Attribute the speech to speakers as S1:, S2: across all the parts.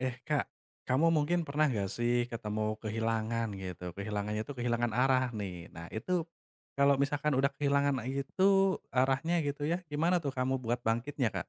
S1: Eh Kak, kamu mungkin pernah nggak sih ketemu kehilangan gitu, kehilangannya itu kehilangan arah nih. Nah itu, kalau misalkan udah kehilangan itu arahnya gitu ya, gimana tuh kamu buat bangkitnya Kak?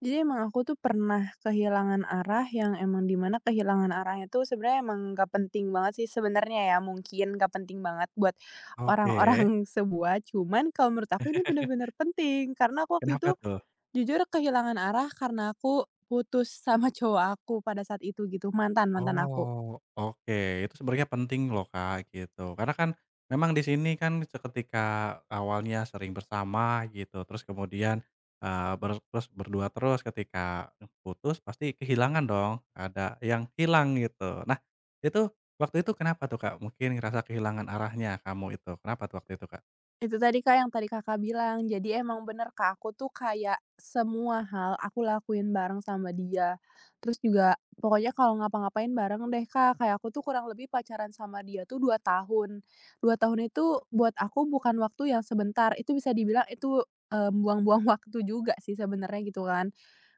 S2: Jadi emang aku tuh pernah kehilangan arah yang emang di mana kehilangan arahnya tuh sebenarnya emang gak penting banget sih sebenarnya ya, mungkin gak penting banget buat
S1: Oke.
S2: orang-orang sebuah, cuman kalau menurut aku ini bener-bener penting. Karena aku waktu
S1: Kenapa
S2: itu
S1: tuh?
S2: jujur kehilangan arah karena aku putus sama cowok aku pada saat itu gitu, mantan mantan aku.
S1: Oh, oke. Itu sebenarnya penting loh, Kak, gitu. Karena kan memang di sini kan seketika awalnya sering bersama gitu, terus kemudian, terus berdua terus, ketika putus pasti kehilangan dong, ada yang hilang gitu. Nah, itu waktu itu kenapa tuh, Kak? Mungkin ngerasa kehilangan arahnya kamu itu, kenapa tuh waktu itu, Kak?
S2: Itu tadi, Kak, yang tadi Kakak bilang. Jadi emang bener, Kak, aku tuh kayak semua hal aku lakuin bareng sama dia. Terus juga pokoknya kalau ngapa-ngapain bareng deh, Kak. Kayak aku tuh kurang lebih pacaran sama dia tuh 2 tahun. 2 tahun itu buat aku bukan waktu yang sebentar. Itu bisa dibilang itu, buang-buang waktu juga sih sebenarnya gitu kan.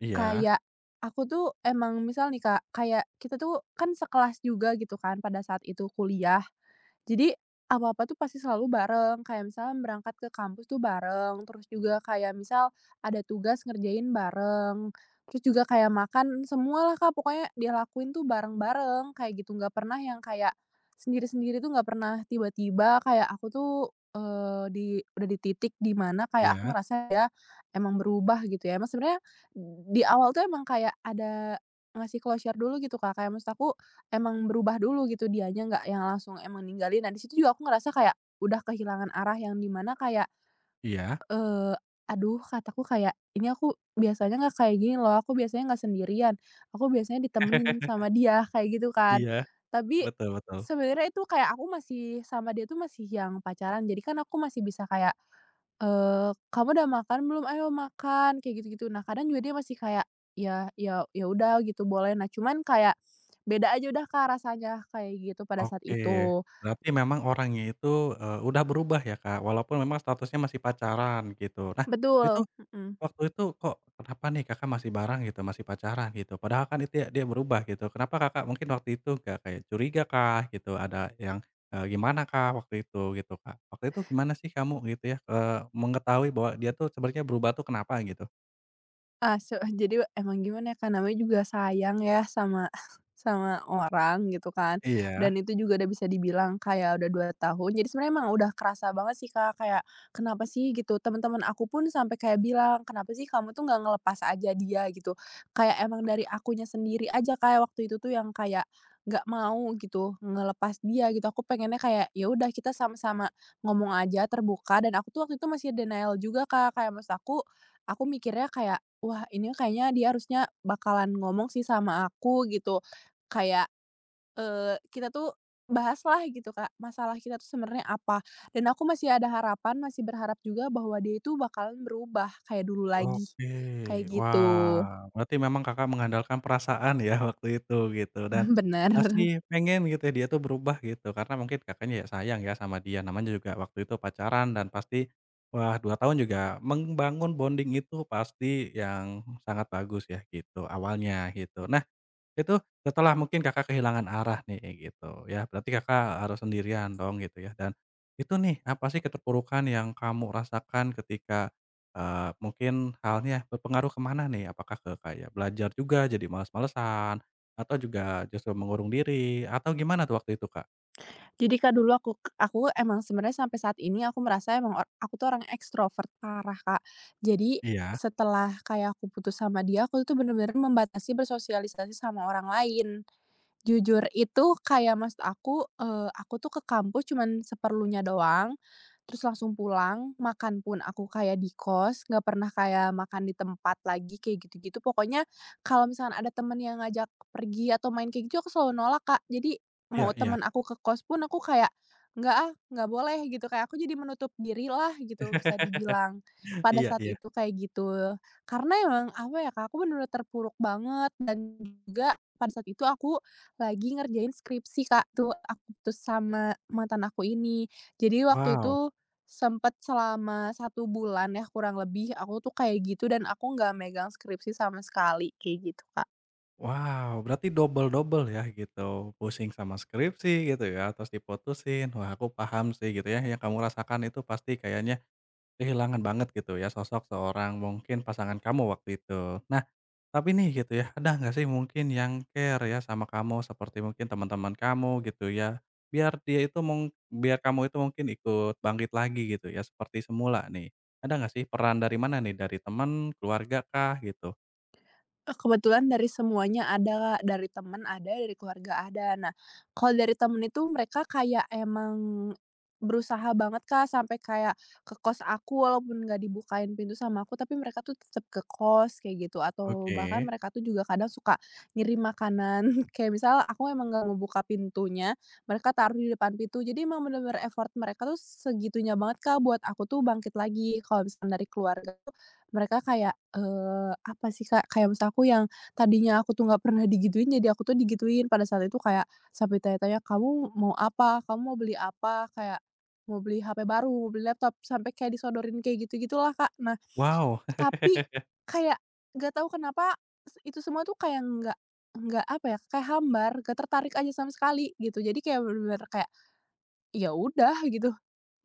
S1: Iya,
S2: Kayak aku tuh emang misal nih, Kak, kayak kita tuh kan sekelas juga gitu kan pada saat itu kuliah. Jadi apa-apa tuh pasti selalu bareng, kayak misalnya berangkat ke kampus tuh bareng, terus juga kayak misal ada tugas ngerjain bareng, terus juga kayak makan, semualah, Kak, pokoknya dilakuin tuh bareng-bareng kayak gitu, nggak pernah yang kayak sendiri-sendiri tuh nggak pernah. Tiba-tiba kayak aku tuh, eee, di udah di titik di mana kayak aku
S1: iya,
S2: ngerasa ya emang berubah gitu ya, emang sebenarnya di awal tuh emang kayak ada ngasih closure dulu gitu, Kak, kayak maksud aku emang berubah dulu gitu dianya, nggak yang langsung emang ninggalin. Nah, di situ juga aku ngerasa kayak udah kehilangan arah yang dimana kayak
S1: iya,
S2: Eee, aduh kataku kayak, "Ini aku biasanya nggak kayak gini loh, aku biasanya nggak sendirian, aku biasanya ditemenin sama dia," kayak gitu kan.
S1: iya,
S2: Tapi
S1: betul, betul.
S2: sebenarnya itu kayak aku masih sama dia tuh masih yang pacaran, jadi kan aku masih bisa kayak, "Kamu udah makan belum? Ayo makan," kayak gitu-gitu. Nah kadang juga dia masih kayak, "Ya ya ya udah gitu boleh." Nah cuman kayak beda aja udah Kak rasanya kayak gitu pada saat
S1: Oke,
S2: itu.
S1: berarti memang orangnya itu, udah berubah ya, Kak, walaupun memang statusnya masih pacaran gitu. Nah, itu
S2: Betul, mhm.
S1: waktu itu kok kenapa nih Kakak masih bareng gitu, masih pacaran gitu? Padahal kan itu ya dia berubah gitu. Kenapa Kakak mungkin waktu itu nggak kayak curiga kah gitu, ada yang, gimana kak waktu itu gitu, Kak? Waktu itu gimana sih kamu gitu ya, mengetahui bahwa dia tuh sebenarnya berubah tuh kenapa gitu?
S2: Ah, se jadi emang gimana ya, Kak, namanya juga sayang ya sama sama orang gitu kan,
S1: Iya.
S2: dan itu juga udah bisa dibilang kayak udah 2 tahun. Jadi sebenarnya emang udah kerasa banget sih, Kak, kayak kenapa sih gitu, teman-teman aku pun sampai kayak bilang, "Kenapa sih kamu tuh nggak ngelepas aja dia?" Gitu. Kayak emang dari akunya sendiri aja kayak waktu itu tuh yang kayak nggak mau gitu ngelepas dia gitu. Aku pengennya kayak, ya udah kita sama-sama ngomong aja terbuka dan aku tuh waktu itu masih denial juga, Kak, kayak maksud aku mikirnya kayak, "Wah, ini kayaknya dia harusnya bakalan ngomong sih sama aku," gitu. Kayak, kita tuh bahaslah gitu, Kak, masalah kita tuh sebenarnya apa. Dan aku masih ada harapan, masih berharap juga bahwa dia itu bakalan berubah kayak dulu lagi,
S1: Oke,
S2: kayak gitu.
S1: wah, berarti memang Kakak mengandalkan perasaan ya waktu itu gitu dan
S2: Bener.
S1: masih pengen gitu ya dia tuh berubah gitu karena mungkin Kakaknya ya sayang ya sama dia, namanya juga waktu itu pacaran dan pasti, wah 2 tahun juga membangun bonding itu pasti yang sangat bagus ya gitu awalnya gitu. Nah itu setelah mungkin Kakak kehilangan arah nih, kayak gitu ya, berarti Kakak harus sendirian dong gitu ya, dan itu nih, apa sih keterpurukan yang kamu rasakan ketika, mungkin halnya berpengaruh kemana nih? Apakah ke kayak belajar juga jadi malas malesan atau juga justru mengurung diri, atau gimana tuh waktu itu, Kak?
S2: Jadi, Kak, dulu aku emang sebenarnya sampai saat ini aku merasa emang or aku tuh orang ekstrovert parah, Kak. Jadi,
S1: Iya,
S2: setelah kayak aku putus sama dia, aku tuh bener-bener membatasi bersosialisasi sama orang lain. Jujur itu kayak maksud aku, aku tuh ke kampus cuman seperlunya doang, terus langsung pulang, makan pun aku kayak di kos, nggak pernah kayak makan di tempat lagi kayak gitu-gitu. Pokoknya kalau misalkan ada temen yang ngajak pergi atau main kayak gitu, aku selalu nolak, Kak. Jadi
S1: iya,
S2: mau
S1: iya,
S2: temen aku ke kos pun aku kayak, "Nggak ah, nggak boleh," gitu, kayak aku jadi menutup dirilah gitu bisa dibilang, pada
S1: iya,
S2: saat
S1: iya.
S2: itu kayak gitu. Karena emang apa ya, Kak, aku bener-bener terpuruk banget dan juga pada saat itu aku lagi ngerjain skripsi, Kak, tuh aku putus sama mantan aku ini. Jadi waktu
S1: Wow,
S2: itu sempet selama 1 bulan ya kurang lebih aku tuh kayak gitu dan aku nggak megang skripsi sama sekali, kayak gitu, Kak.
S1: wow, berarti double-double ya gitu, pusing sama skripsi gitu ya, terus diputusin. Wah, aku paham sih gitu ya, yang kamu rasakan itu pasti kayaknya kehilangan banget gitu ya sosok seorang mungkin pasangan kamu waktu itu. Nah, tapi nih gitu ya, ada nggak sih mungkin yang care ya sama kamu seperti mungkin teman-teman kamu gitu ya, biar dia itu mung biar kamu itu mungkin ikut bangkit lagi gitu ya seperti semula nih. Ada nggak sih peran dari mana nih, dari teman, keluarga kah gitu?
S2: Kebetulan dari semuanya ada, Kak, dari temen ada, dari keluarga ada. Nah, kalau dari temen itu mereka kayak emang berusaha banget, Kak, sampai kayak ke kos aku walaupun nggak dibukain pintu sama aku, tapi mereka tuh tetap ke kos kayak gitu, atau bahkan
S1: Oke.
S2: mereka tuh juga kadang suka ngirim makanan. Kayak misal aku emang nggak ngebuka pintunya, mereka taruh di depan pintu. Jadi emang bener-bener effort mereka tuh segitunya banget, Kak, buat aku tuh bangkit lagi. Kalau misalkan dari keluarga mereka kayak, apa sih, Kak, kayak maksud aku yang tadinya aku tuh nggak pernah digituin, jadi aku tuh digituin pada saat itu kayak sampai tanya-tanya, "Kamu mau apa? Kamu mau beli apa?" Kayak mau beli HP baru, mau beli laptop, sampai kayak disodorin kayak gitu-gitulah, Kak. Nah,
S1: Wow.
S2: tapi kayak nggak tahu kenapa itu semua tuh kayak nggak apa ya, kayak hambar, nggak tertarik aja sama sekali gitu. Jadi kayak bener-bener kayak, ya udah gitu,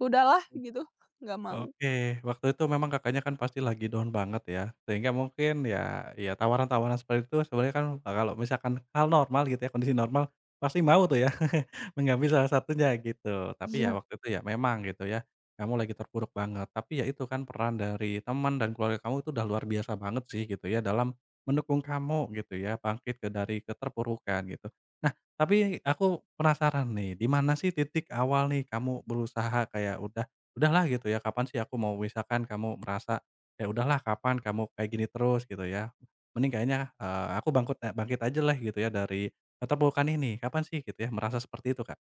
S2: udahlah gitu, nggak mau.
S1: Oke, waktu itu memang Kakaknya kan pasti lagi down banget ya, sehingga mungkin ya tawaran-tawaran seperti itu sebenarnya kan kalau misalkan hal normal gitu ya, kondisi normal pasti mau tuh ya mengambil salah satunya gitu. Tapi ya
S2: Iya.
S1: waktu itu ya memang gitu ya, kamu lagi terpuruk banget. Tapi ya itu kan peran dari teman dan keluarga kamu itu udah luar biasa banget sih gitu ya dalam mendukung kamu gitu ya bangkit dari keterpurukan gitu. Nah, tapi aku penasaran nih, di mana sih titik awal nih kamu berusaha kayak udahlah gitu ya, kapan sih aku mau misalkan kamu merasa, "Ya udahlah kapan kamu kayak gini terus?" Gitu ya. Mending kayaknya, aku bangkit bangkit aja lah gitu ya dari keterpurukan ini, kapan sih gitu ya merasa seperti itu, Kak?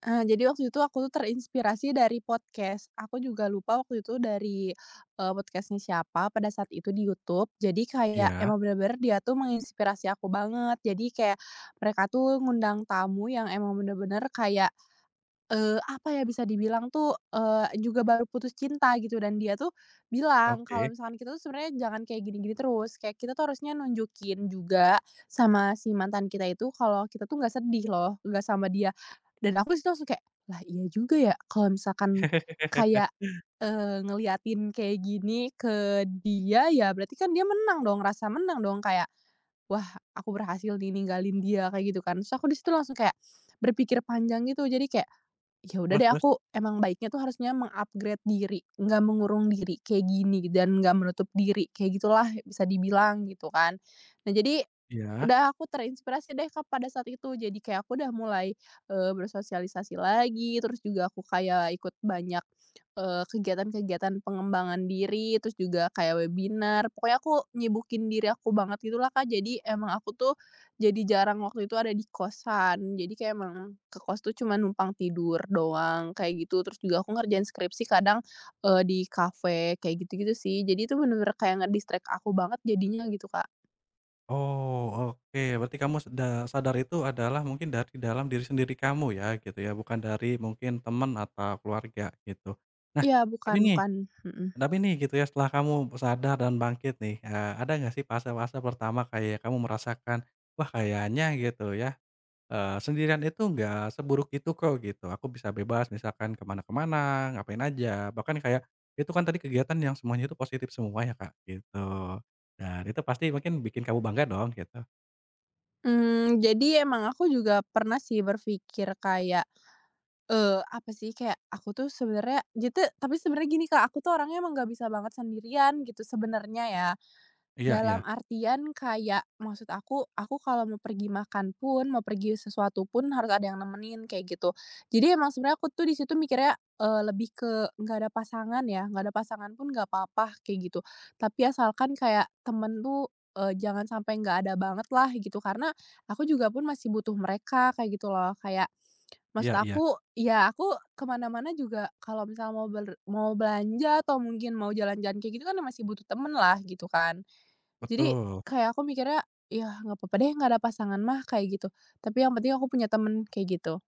S2: Jadi waktu itu aku tuh terinspirasi dari podcast. Aku juga lupa waktu itu dari, podcast-nya siapa pada saat itu di YouTube. Jadi kayak
S1: Iya,
S2: emang bener-bener dia tuh menginspirasi aku banget. Jadi kayak mereka tuh ngundang tamu yang emang bener-bener kayak apa ya, bisa dibilang tuh, juga baru putus cinta gitu dan dia tuh bilang kalau
S1: oke.
S2: misalkan kita tuh sebenarnya jangan kayak gini-gini terus, kayak kita tuh harusnya nunjukin juga sama si mantan kita itu kalau kita tuh nggak sedih loh, nggak sama dia. Dan aku di situ langsung kayak, "Lah iya juga ya," kalau misalkan kayak, ngeliatin kayak gini ke dia, ya berarti kan dia menang dong, ngerasa menang dong kayak "Wah, aku berhasil nih ninggalin dia," kayak gitu kan. Terus aku di situ langsung kayak berpikir panjang gitu. Jadi kayak, ya udah
S1: Terus
S2: deh
S1: terus?
S2: aku emang baiknya tuh harusnya mengupgrade diri, nggak mengurung diri kayak gini dan nggak menutup diri, kayak gitulah bisa dibilang gitu kan. Nah jadi
S1: Iya.
S2: udah aku terinspirasi deh, Kak, pada saat itu. Jadi kayak aku udah mulai, bersosialisasi lagi, terus juga aku kayak ikut banyak, kegiatan-kegiatan pengembangan diri, terus juga kayak webinar. Pokoknya aku nyibukin diri aku banget gitulah, Kak. Jadi emang aku tuh jadi jarang waktu itu ada di kosan. Jadi kayak emang ke kos tuh cuma numpang tidur doang, kayak gitu. Terus juga aku ngerjain skripsi kadang, di kafe, kayak gitu-gitu sih. Jadi itu bener-bener kayak nge-distract aku banget jadinya gitu, Kak.
S1: Oh, oke. Berarti kamu sadar itu adalah mungkin dari dalam diri sendiri kamu ya gitu ya, bukan dari mungkin teman atau keluarga gitu. Nah,
S2: Iya,
S1: tapi
S2: bukan
S1: nih
S2: bukan, mhm.
S1: Tapi nih gitu ya setelah kamu sadar dan bangkit nih, ada nggak sih fase-fase pertama kayak kamu merasakan, "Wah kayaknya gitu ya, sendirian itu nggak seburuk itu kok," gitu, "aku bisa bebas misalkan ke mana-mana, ngapain aja," bahkan kayak itu kan tadi kegiatan yang semuanya itu positif semua ya, Kak, gitu. Dan itu pasti mungkin bikin kamu bangga dong gitu.
S2: Mmm, jadi emang aku juga pernah sih berpikir kayak, apa sih, kayak aku tuh sebenarnya gitu tapi sebenarnya gini Kak, aku tuh orangnya emang nggak bisa banget sendirian gitu sebenarnya ya.
S1: Iya,
S2: Dalam
S1: iya.
S2: artian kayak maksud aku kalau mau pergi makan pun, mau pergi sesuatu pun harus ada yang nemenin kayak gitu. Jadi emang sebenarnya aku tuh di situ mikirnya, lebih ke nggak ada pasangan ya, nggak ada pasangan pun nggak apa-apa kayak gitu. Tapi asalkan kayak temen tuh, jangan sampai nggak ada banget lah gitu, karena aku juga pun masih butuh mereka kayak gitu loh. Kayak maksud
S1: Iya, iya.
S2: aku, ya aku kemana mana-mana juga kalau misalnya mau belanja atau mungkin mau jalan-jalan kayak gitu kan masih butuh temen lah gitu kan. Jadi,
S1: Betul.
S2: kayak aku mikirnya, ya nggak apa-apa deh, nggak ada pasangan mah," kayak gitu. Tapi yang penting aku punya temen, kayak gitu.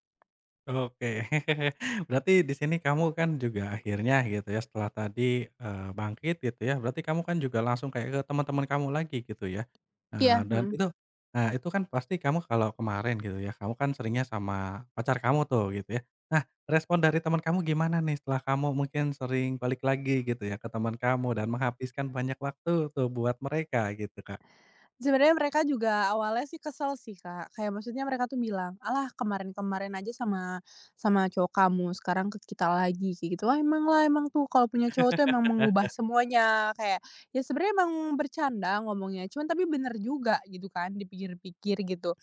S1: Oke. Berarti di sini kamu kan juga akhirnya gitu ya setelah tadi, bangkit gitu ya, berarti kamu kan juga langsung kayak ke teman-teman kamu lagi gitu ya. Eee,
S2: Iya,
S1: dan
S2: mhm.
S1: itu nah itu kan pasti kamu kalau kemarin gitu ya, kamu kan seringnya sama pacar kamu tuh gitu ya. Nah respon dari teman kamu gimana nih setelah kamu mungkin sering balik lagi gitu ya ke teman kamu dan menghabiskan banyak waktu tuh buat mereka gitu, Kak?
S2: Sebenarnya mereka juga awalnya sih kesel sih, Kak. Kayak maksudnya mereka tuh bilang, "Alah, kemarin-kemarin aja sama sama cowok kamu, sekarang ke kita lagi," kayak gitu. "Wah, emang lah, emang tuh kalau punya cowok tuh emang mengubah semuanya," kayak ya sebenarnya emang bercanda ngomongnya, cuman tapi bener juga gitu kan dipikir-pikir gitu.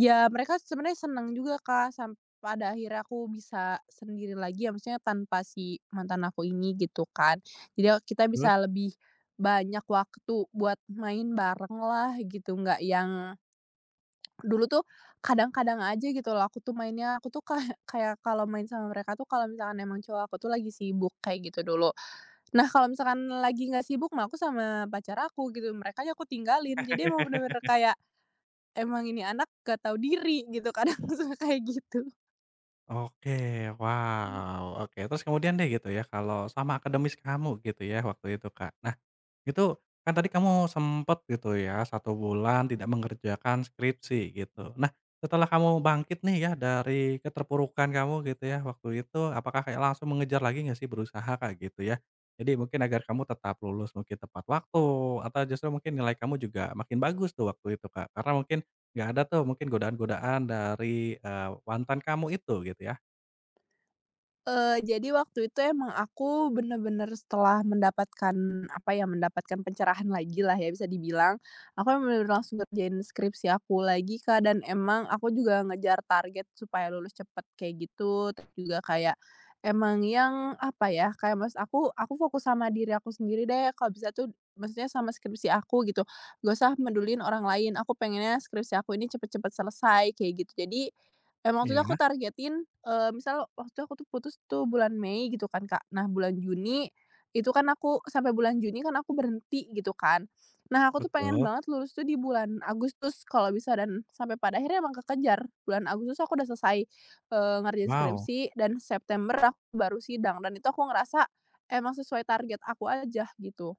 S2: Ya, mereka sebenarnya seneng juga, Kak, sampai pada akhirnya aku bisa sendiri lagi, ya maksudnya tanpa si mantan aku ini, gitu kan. Jadi ya kita bisa
S1: Terus?
S2: lebih banyak waktu buat main bareng lah gitu, nggak yang dulu tuh kadang-kadang aja gitu loh aku tuh mainnya, aku tuh kayak kayak kalau main sama mereka tuh kalau misalkan emang cowok aku tuh lagi sibuk, kayak gitu dulu. Nah, kalau misalkan lagi nggak sibuk mah aku sama pacar aku, gitu, merekanya aku tinggalin. Jadi emang bener-bener kayak emang ini anak nggak tahu diri gitu kadang suka kayak gitu.
S1: Oke, wow, oke. Terus kemudian deh gitu ya, kalau sama akademis kamu gitu ya waktu itu, Kak. Nah, itu kan tadi kamu sempet gitu ya, satu bulan tidak mengerjakan skripsi gitu. Nah, setelah kamu bangkit nih ya dari keterpurukan kamu gitu ya waktu itu, apakah kayak langsung mengejar lagi nggak sih berusaha Kak gitu ya? Jadi mungkin agar kamu tetap lulus mungkin tepat waktu atau justru mungkin nilai kamu juga makin bagus tuh waktu itu, Kak? Karena mungkin nggak ada tuh mungkin godaan-godaan dari, mantan kamu itu gitu ya?
S2: Jadi waktu itu emang aku bener-bener setelah mendapatkan, apa ya, mendapatkan pencerahan lagilah ya bisa dibilang, aku emang bener-bener langsung ngerjain skripsi aku lagi, Kak, dan emang aku juga ngejar target supaya lulus cepet kayak gitu, terus juga kayak emang yang, apa ya, kayak mas aku fokus sama diri aku sendiri deh kalau bisa tuh maksudnya sama skripsi aku gitu, nggak usah peduliin orang lain, aku pengennya skripsi aku ini cepet-cepet selesai kayak gitu. Jadi emang waktu itu
S1: Iya,
S2: aku targetin, misal waktu itu aku tuh putus tuh bulan Mei gitu kan, Kak. Nah bulan Juni, itu kan aku sampai bulan Juni kan aku berhenti gitu kan. Nah aku tuh pengen
S1: betul.
S2: banget lulus tuh di bulan Agustus kalau bisa dan sampai pada akhirnya emang kekejar. Bulan Agustus aku udah selesai, ngerjain
S1: Wow,
S2: skripsi dan September aku baru sidang dan itu aku ngerasa emang sesuai target aku aja gitu.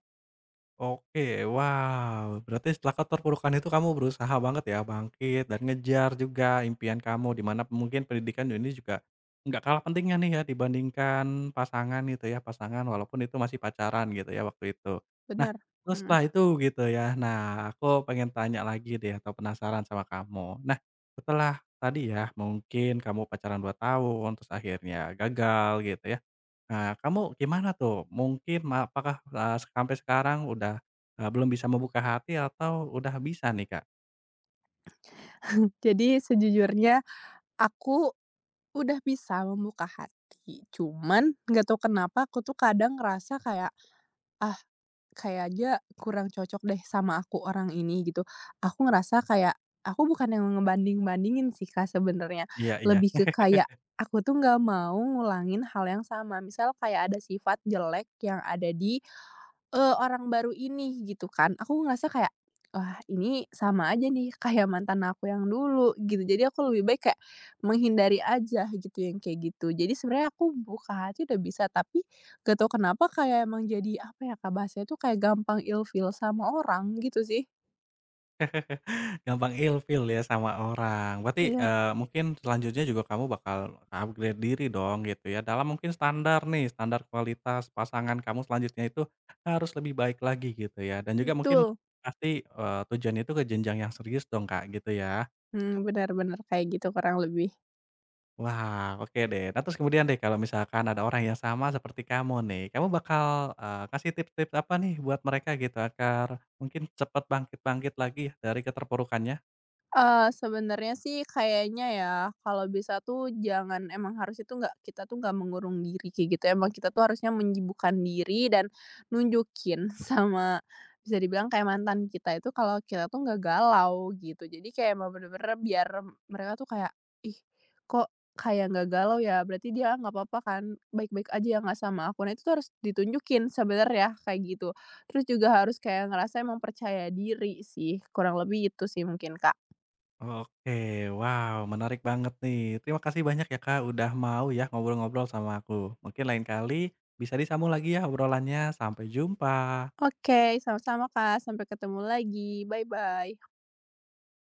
S1: oke, wow, berarti setelah keterpurukan itu kamu berusaha banget ya bangkit dan ngejar juga impian kamu, di mana mungkin pendidikan ini juga nggak kalah pentingnya nih ya dibandingkan pasangan gitu ya, pasangan walaupun itu masih pacaran gitu ya waktu itu. Nah,
S2: Bener,
S1: terus
S2: mhm.
S1: setelah itu gitu ya, nah aku pengen tanya lagi deh atau penasaran sama kamu. Nah, setelah tadi ya mungkin kamu pacaran 2 tahun terus akhirnya gagal gitu ya. Nah, kamu gimana tuh? Mungkin apakah, sampai sekarang udah, belum bisa membuka hati atau udah bisa nih, Kak?
S2: Jadi sejujurnya aku udah bisa membuka hati, cuman nggak tahu kenapa aku tuh kadang ngerasa kayak, "Ah, kayak aja kurang cocok deh sama aku orang ini," gitu. Aku ngerasa kayak aku bukan yang ngebanding-bandingin sih, Kak, sebenarnya,
S1: Iya, iya,
S2: lebih ke kayak aku tuh nggak mau ngulangin hal yang sama. Misal kayak ada sifat jelek yang ada di orang baru ini gitu kan, aku ngerasa kayak, wah ini sama aja nih kayak mantan aku yang dulu gitu, jadi aku lebih baik kayak menghindari aja gitu yang kayak gitu. Jadi sebenarnya aku buka hati udah bisa, tapi gak tau kenapa kayak emang jadi apa ya Kak, bahasanya tuh kayak gampang ilfil sama orang gitu sih.
S1: gampang ilfil ya sama orang. Berarti,
S2: Iya.
S1: mungkin selanjutnya juga kamu bakal upgrade diri dong gitu ya, dalam mungkin standar nih, standar kualitas pasangan kamu selanjutnya itu harus lebih baik lagi gitu ya, dan juga mungkin
S2: Betul.
S1: pasti, tujuannya itu ke jenjang yang serius dong, Kak, gitu ya?
S2: Mhm, bener bener kayak gitu kurang lebih.
S1: Wah, oke deh. Nah, terus kemudian deh kalau misalkan ada orang yang sama seperti kamu nih, kamu bakal, kasih tips-tips apa nih buat mereka gitu agar mungkin cepat bangkit-bangkit lagi ya dari keterpurukannya?
S2: Sebenarnya sih kayaknya ya, kalau bisa tuh jangan emang harus itu nggak kita tuh nggak mengurung diri kayak gitu, ya. Emang kita tuh harusnya menyibukkan diri dan nunjukin sama bisa dibilang kayak mantan kita itu kalau kita tuh nggak galau gitu. Jadi kayak emang bener-bener biar mereka tuh kayak, "Ih, kok kayak nggak galau ya? Berarti dia nggak apa-apa kan, baik-baik aja ya nggak sama aku?" Nah itu tuh harus ditunjukin sebenarnya kayak gitu. Terus juga harus kayak ngerasa emang percaya diri sih, kurang lebih itu sih mungkin, Kak.
S1: Oke, wow, menarik banget nih. Terima kasih banyak ya, Kak, udah mau ya ngobrol-ngobrol sama aku. Mungkin lain kali bisa disambung lagi ya obrolannya. Sampai jumpa.
S2: Oke, sama-sama Kak, sampai ketemu lagi, bye-bye.